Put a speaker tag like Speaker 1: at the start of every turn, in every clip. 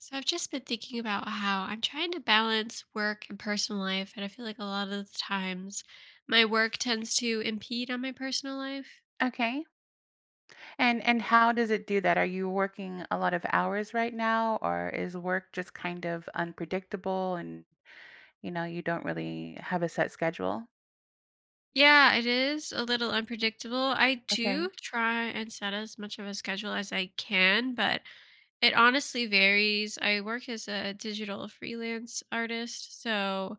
Speaker 1: So I've just been thinking about how I'm trying to balance work and personal life, and I feel like a lot of the times my work tends to impede on my personal life.
Speaker 2: Okay. And how does it do that? Are you working a lot of hours right now, or is work just kind of unpredictable and you know you don't really have a set schedule?
Speaker 1: Yeah, it is a little unpredictable. I
Speaker 2: Okay.
Speaker 1: do try and set as much of a schedule as I can, but it honestly varies. I work as a digital freelance artist.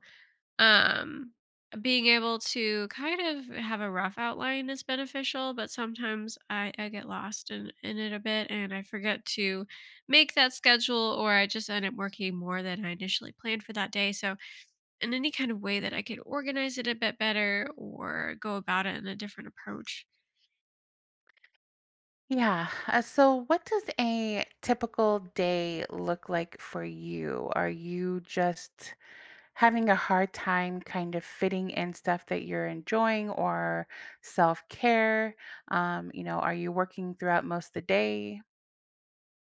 Speaker 1: Um, Being able to kind of have a rough outline is beneficial, but sometimes I get lost in it a bit and I forget to make that schedule, or I just end up working more than I initially planned for that day. So, in any kind of way that I could organize it a bit better or go about it in a different approach.
Speaker 2: Yeah. So, what does a typical day look like for you? Are you just having a hard time kind of fitting in stuff that you're enjoying or self care? You know, are you working throughout most of the day?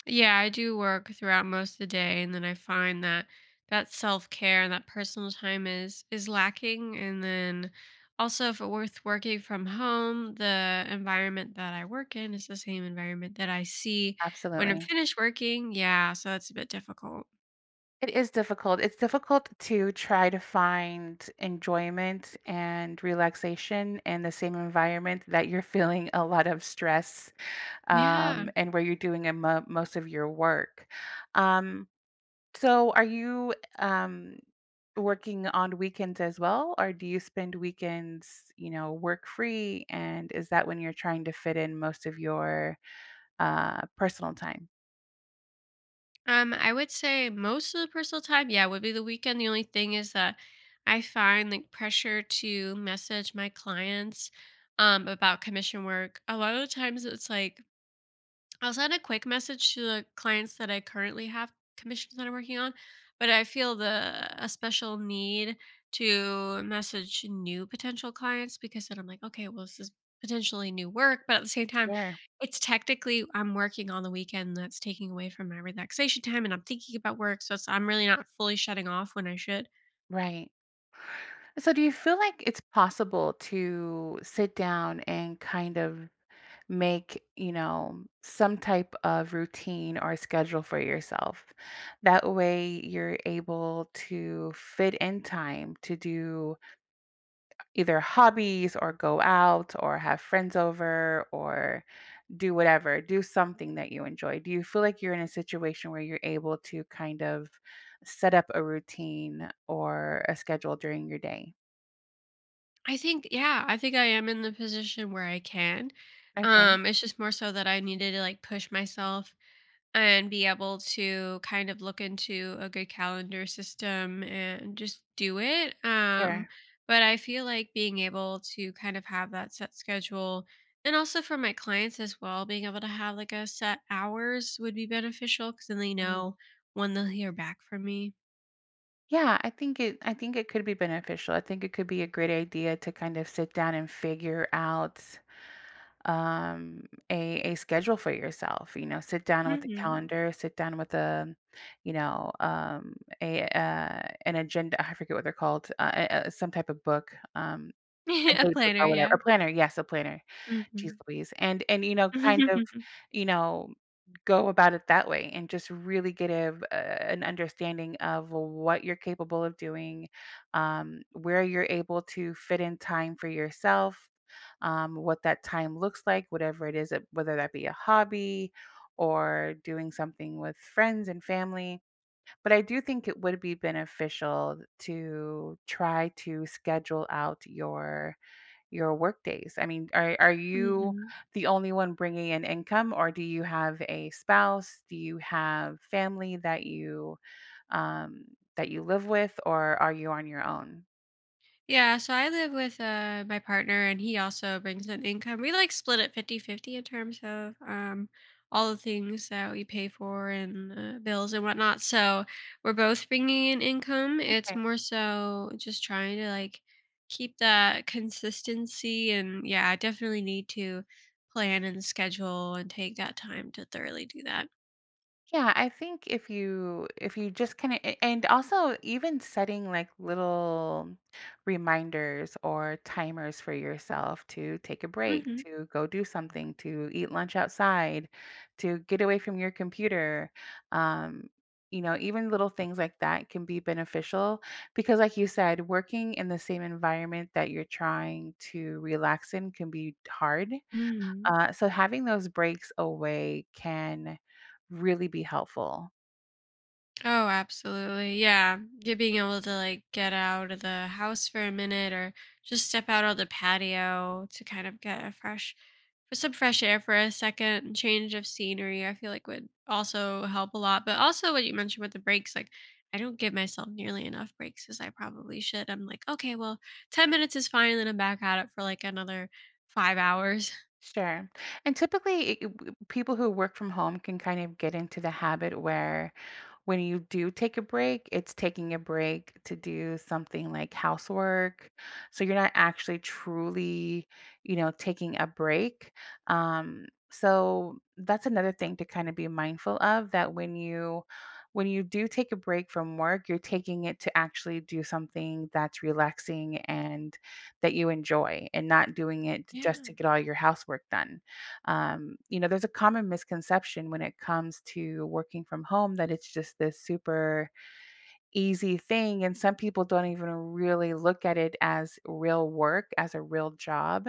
Speaker 1: Yeah, I do work throughout most of the day, and then I find that that self care and that personal time is lacking. And then also, if it worth working from home, the environment that I work in is the same environment that I see when I'm
Speaker 2: Absolutely.
Speaker 1: finished working. Yeah, so that's a bit difficult.
Speaker 2: It is difficult. It's difficult to try to find enjoyment and relaxation in the same environment that you're feeling a lot of stress,
Speaker 1: Yeah.
Speaker 2: and where you're doing most of your work. Um, so, are you, um, working on weekends as well, or do you spend weekends, you know, work free? And is that when you're trying to fit in most of your personal time?
Speaker 1: I would say most of the personal time, yeah, would be the weekend. The only thing is that I find like pressure to message my clients about commission work. A lot of the times it's like I will send a quick message to the clients that I currently have commissions that I'm working on, but I feel the a special need to message new potential clients, because then I'm like, okay, well, this is potentially new work. But at the same time,
Speaker 2: Sure.
Speaker 1: it's technically I'm working on the weekend, that's taking away from my relaxation time, and I'm thinking about work. So it's, I'm really not fully shutting off when I should.
Speaker 2: Right. So, do you feel like it's possible to sit down and kind of make, you know, some type of routine or schedule for yourself? That way you're able to fit in time to do either hobbies or go out or have friends over or do whatever, do something that you enjoy. Do you feel like you're in a situation where you're able to kind of set up a routine or a schedule during your day?
Speaker 1: I think, yeah, I think I am in the position where I can.
Speaker 2: Okay,
Speaker 1: It's just more so that I needed to like push myself and be able to kind of look into a good calendar system and just do it.
Speaker 2: sure.
Speaker 1: But I feel like being able to kind of have that set schedule, and also for my clients as well, being able to have like a set hours would be beneficial because then they
Speaker 2: Mhm.
Speaker 1: know when they'll hear back from me.
Speaker 2: Yeah, I think it could be beneficial. I think it could be a great idea to kind of sit down and figure out a schedule for yourself. You know, sit down with a
Speaker 1: Hmm.
Speaker 2: calendar, sit down with a, you know, a an agenda, I forget what they're called, some type of book, a
Speaker 1: A
Speaker 2: date book
Speaker 1: planner,
Speaker 2: or whatever,
Speaker 1: yeah.
Speaker 2: a planner. Yes, a planner. Geez
Speaker 1: Hmm.
Speaker 2: Louise, and you know, kind of, you know, go about it that way and just really get an understanding of what you're capable of doing, where you're able to fit in time for yourself, what that time looks like, whatever it is, that whether that be a hobby or doing something with friends and family. But I do think it would be beneficial to try to schedule out your work days. I mean, are you
Speaker 1: Hmm.
Speaker 2: the only one bringing in income, or do you have a spouse? Do you have family that you, um, that you live with, or are you on your own?
Speaker 1: Yeah, so I live with my partner, and he also brings an income. We like split it 50-50 in terms of all the things that we pay for and bills and whatnot. So we're both bringing in income. It's more so just trying to like keep that consistency. And yeah, I definitely need to plan and schedule and take that time to thoroughly do that.
Speaker 2: Yeah, I think if you, just kind of, and also even setting like little reminders or timers for yourself to take a break,
Speaker 1: Mhm.
Speaker 2: to go do something, to eat lunch outside, to get away from your computer. Um, you know, even little things like that can be beneficial because like you said, working in the same environment that you're trying to relax in can be hard,
Speaker 1: Mhm.
Speaker 2: so having those breaks away can really be helpful.
Speaker 1: Oh, absolutely. Yeah. Yeah, being able to like get out of the house for a minute, or just step out on the patio to kind of get a fresh for some fresh air for a second and change of scenery, I feel like would also help a lot. But also what you mentioned with the breaks, like I don't give myself nearly enough breaks as I probably should. I'm like, okay, well, 10 minutes is fine, and then I'm back at it for like another 5 hours.
Speaker 2: Sure. And typically, people who work from home can kind of get into the habit where when you do take a break, it's taking a break to do something like housework. So you're not actually truly, you know, taking a break. So that's another thing to kind of be mindful of, that when you do take a break from work, you're taking it to actually do something that's relaxing and that you enjoy, and not doing it just
Speaker 1: Yeah.
Speaker 2: to get all your housework done. You know, there's a common misconception when it comes to working from home that it's just this super easy thing. And some people don't even really look at it as real work, as a real job.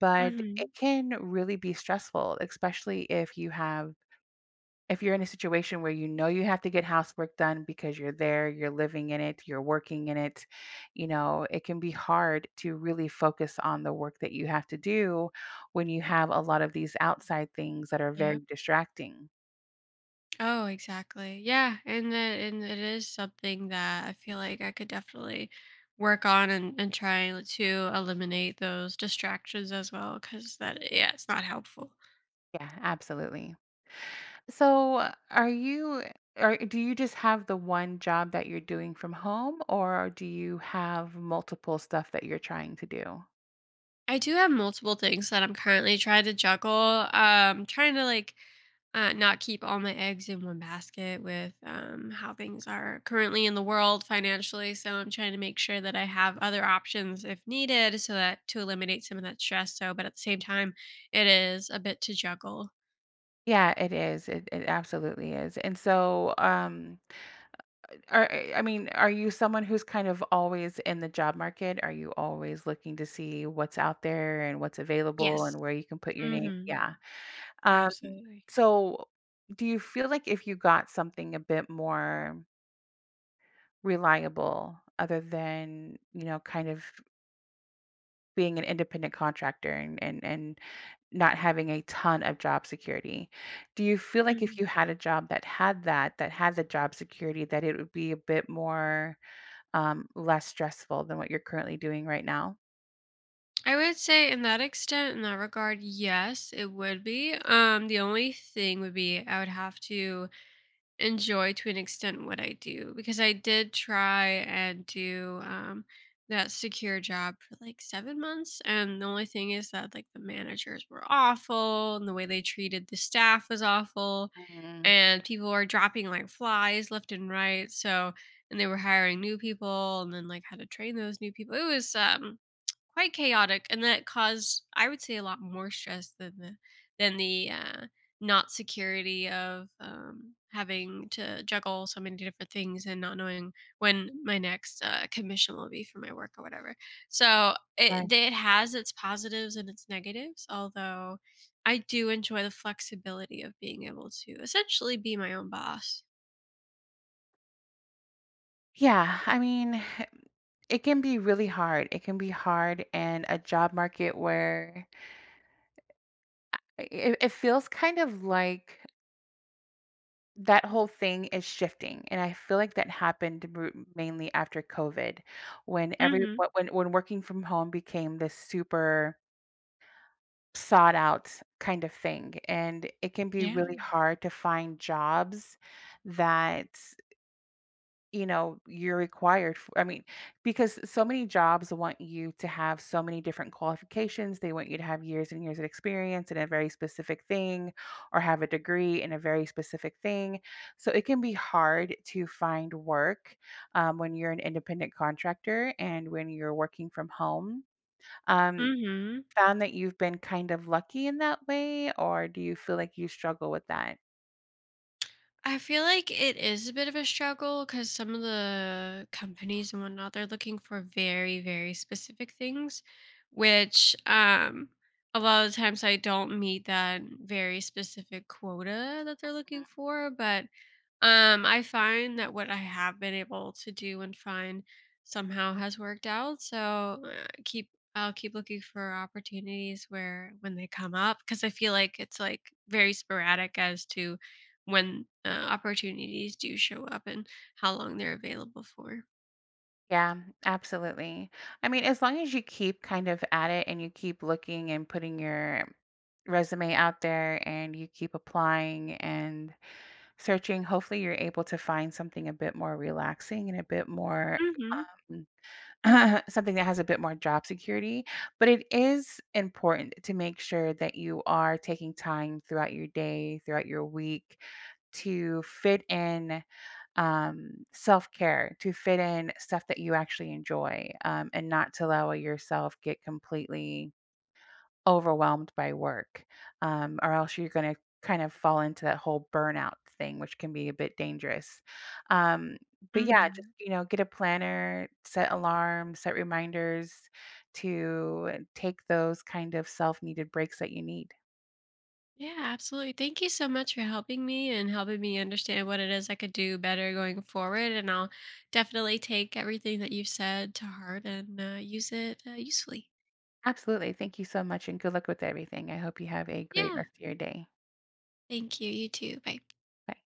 Speaker 2: But
Speaker 1: Hmm.
Speaker 2: it can really be stressful, especially if you have if you're in a situation where you know you have to get housework done because you're there, you're living in it, you're working in it, you know. It can be hard to really focus on the work that you have to do when you have a lot of these outside things that are very
Speaker 1: Yeah.
Speaker 2: distracting.
Speaker 1: Oh, exactly. Yeah, and that and it is something that I feel like I could definitely work on and try to eliminate those distractions as well, because that yeah, it's not helpful.
Speaker 2: Yeah, absolutely. So, are you or do you just have the one job that you're doing from home, or do you have multiple stuff that you're trying to do?
Speaker 1: I do have multiple things that I'm currently trying to juggle. Trying to like not keep all my eggs in one basket with how things are currently in the world financially. So I'm trying to make sure that I have other options if needed, so that to eliminate some of that stress. So, but at the same time, it is a bit to juggle.
Speaker 2: Yeah, it is. It absolutely is. And so, I mean, are you someone who's kind of always in the job market? Are you always looking to see what's out there and what's available
Speaker 1: Yes.
Speaker 2: and where you can put your name?
Speaker 1: Mm-hmm.
Speaker 2: Yeah. Um,
Speaker 1: Absolutely.
Speaker 2: so, do you feel like if you got something a bit more reliable other than, you know, kind of being an independent contractor, and not having a ton of job security. Do you feel like if you
Speaker 1: Mhm.
Speaker 2: had a job that had that, that had the job security, that it would be a bit more, less stressful than what you're currently doing right now?
Speaker 1: I would say in that extent, in that regard, yes, it would be. The only thing would be I would have to enjoy to an extent what I do, because I did try and do that secure job for like 7 months. And the only thing is that like the managers were awful, and the way they treated the staff was awful.
Speaker 2: Mhm.
Speaker 1: And people were dropping like flies left and right. So, and they were hiring new people, and then like how to train those new people. It was quite chaotic, and that caused I would say a lot more stress than the than the not security of having to juggle so many different things and not knowing when my next commission will be for my work or whatever. So
Speaker 2: Right.
Speaker 1: it has its positives and its negatives, although I do enjoy the flexibility of being able to essentially be my own boss.
Speaker 2: Yeah, I mean, it can be really hard. It can be hard in a job market where, it feels kind of like that whole thing is shifting, and I feel like that happened mainly after COVID, when every
Speaker 1: Mhm.
Speaker 2: wh- when working from home became this super sought out kind of thing, and it can be
Speaker 1: Yeah.
Speaker 2: really hard to find jobs that, you know, you're required for. I mean, because so many jobs want you to have so many different qualifications. They want you to have years and years of experience in a very specific thing, or have a degree in a very specific thing. So it can be hard to find work, when you're an independent contractor and when you're working from home. Um,
Speaker 1: Mhm.
Speaker 2: Found that you've been kind of lucky in that way, or do you feel like you struggle with that?
Speaker 1: I feel like it is a bit of a struggle, because some of the companies and whatnot, they're looking for very, very specific things, which a lot of the times I don't meet that very specific quota that they're looking for. But I find that what I have been able to do and find somehow has worked out. So keep I'll keep looking for opportunities where when they come up, because I feel like it's like very sporadic as to when opportunities do show up and how long they're available for.
Speaker 2: Yeah, absolutely. I mean, as long as you keep kind of at it and you keep looking and putting your resume out there and you keep applying and searching, hopefully you're able to find something a bit more relaxing and a bit more
Speaker 1: Hmm.
Speaker 2: something that has a bit more job security, but it is important to make sure that you are taking time throughout your day, throughout your week to fit in, self care, to fit in stuff that you actually enjoy, and not to allow yourself get completely overwhelmed by work, or else you're gonna kind of fall into that whole burnout thing, which can be a bit dangerous. Um, but yeah, just,
Speaker 1: Hmm.
Speaker 2: you know, get a planner, set alarms, set reminders to take those kind of self-needed breaks that you need.
Speaker 1: Yeah, absolutely. Thank you so much for helping me and helping me understand what it is I could do better going forward. And I'll definitely take everything that you've said to heart and use it usefully.
Speaker 2: Absolutely. Thank you so much and good luck with everything. I hope you have a great
Speaker 1: Yeah.
Speaker 2: rest of your day.
Speaker 1: Thank you. You too. Bye.
Speaker 2: Bye.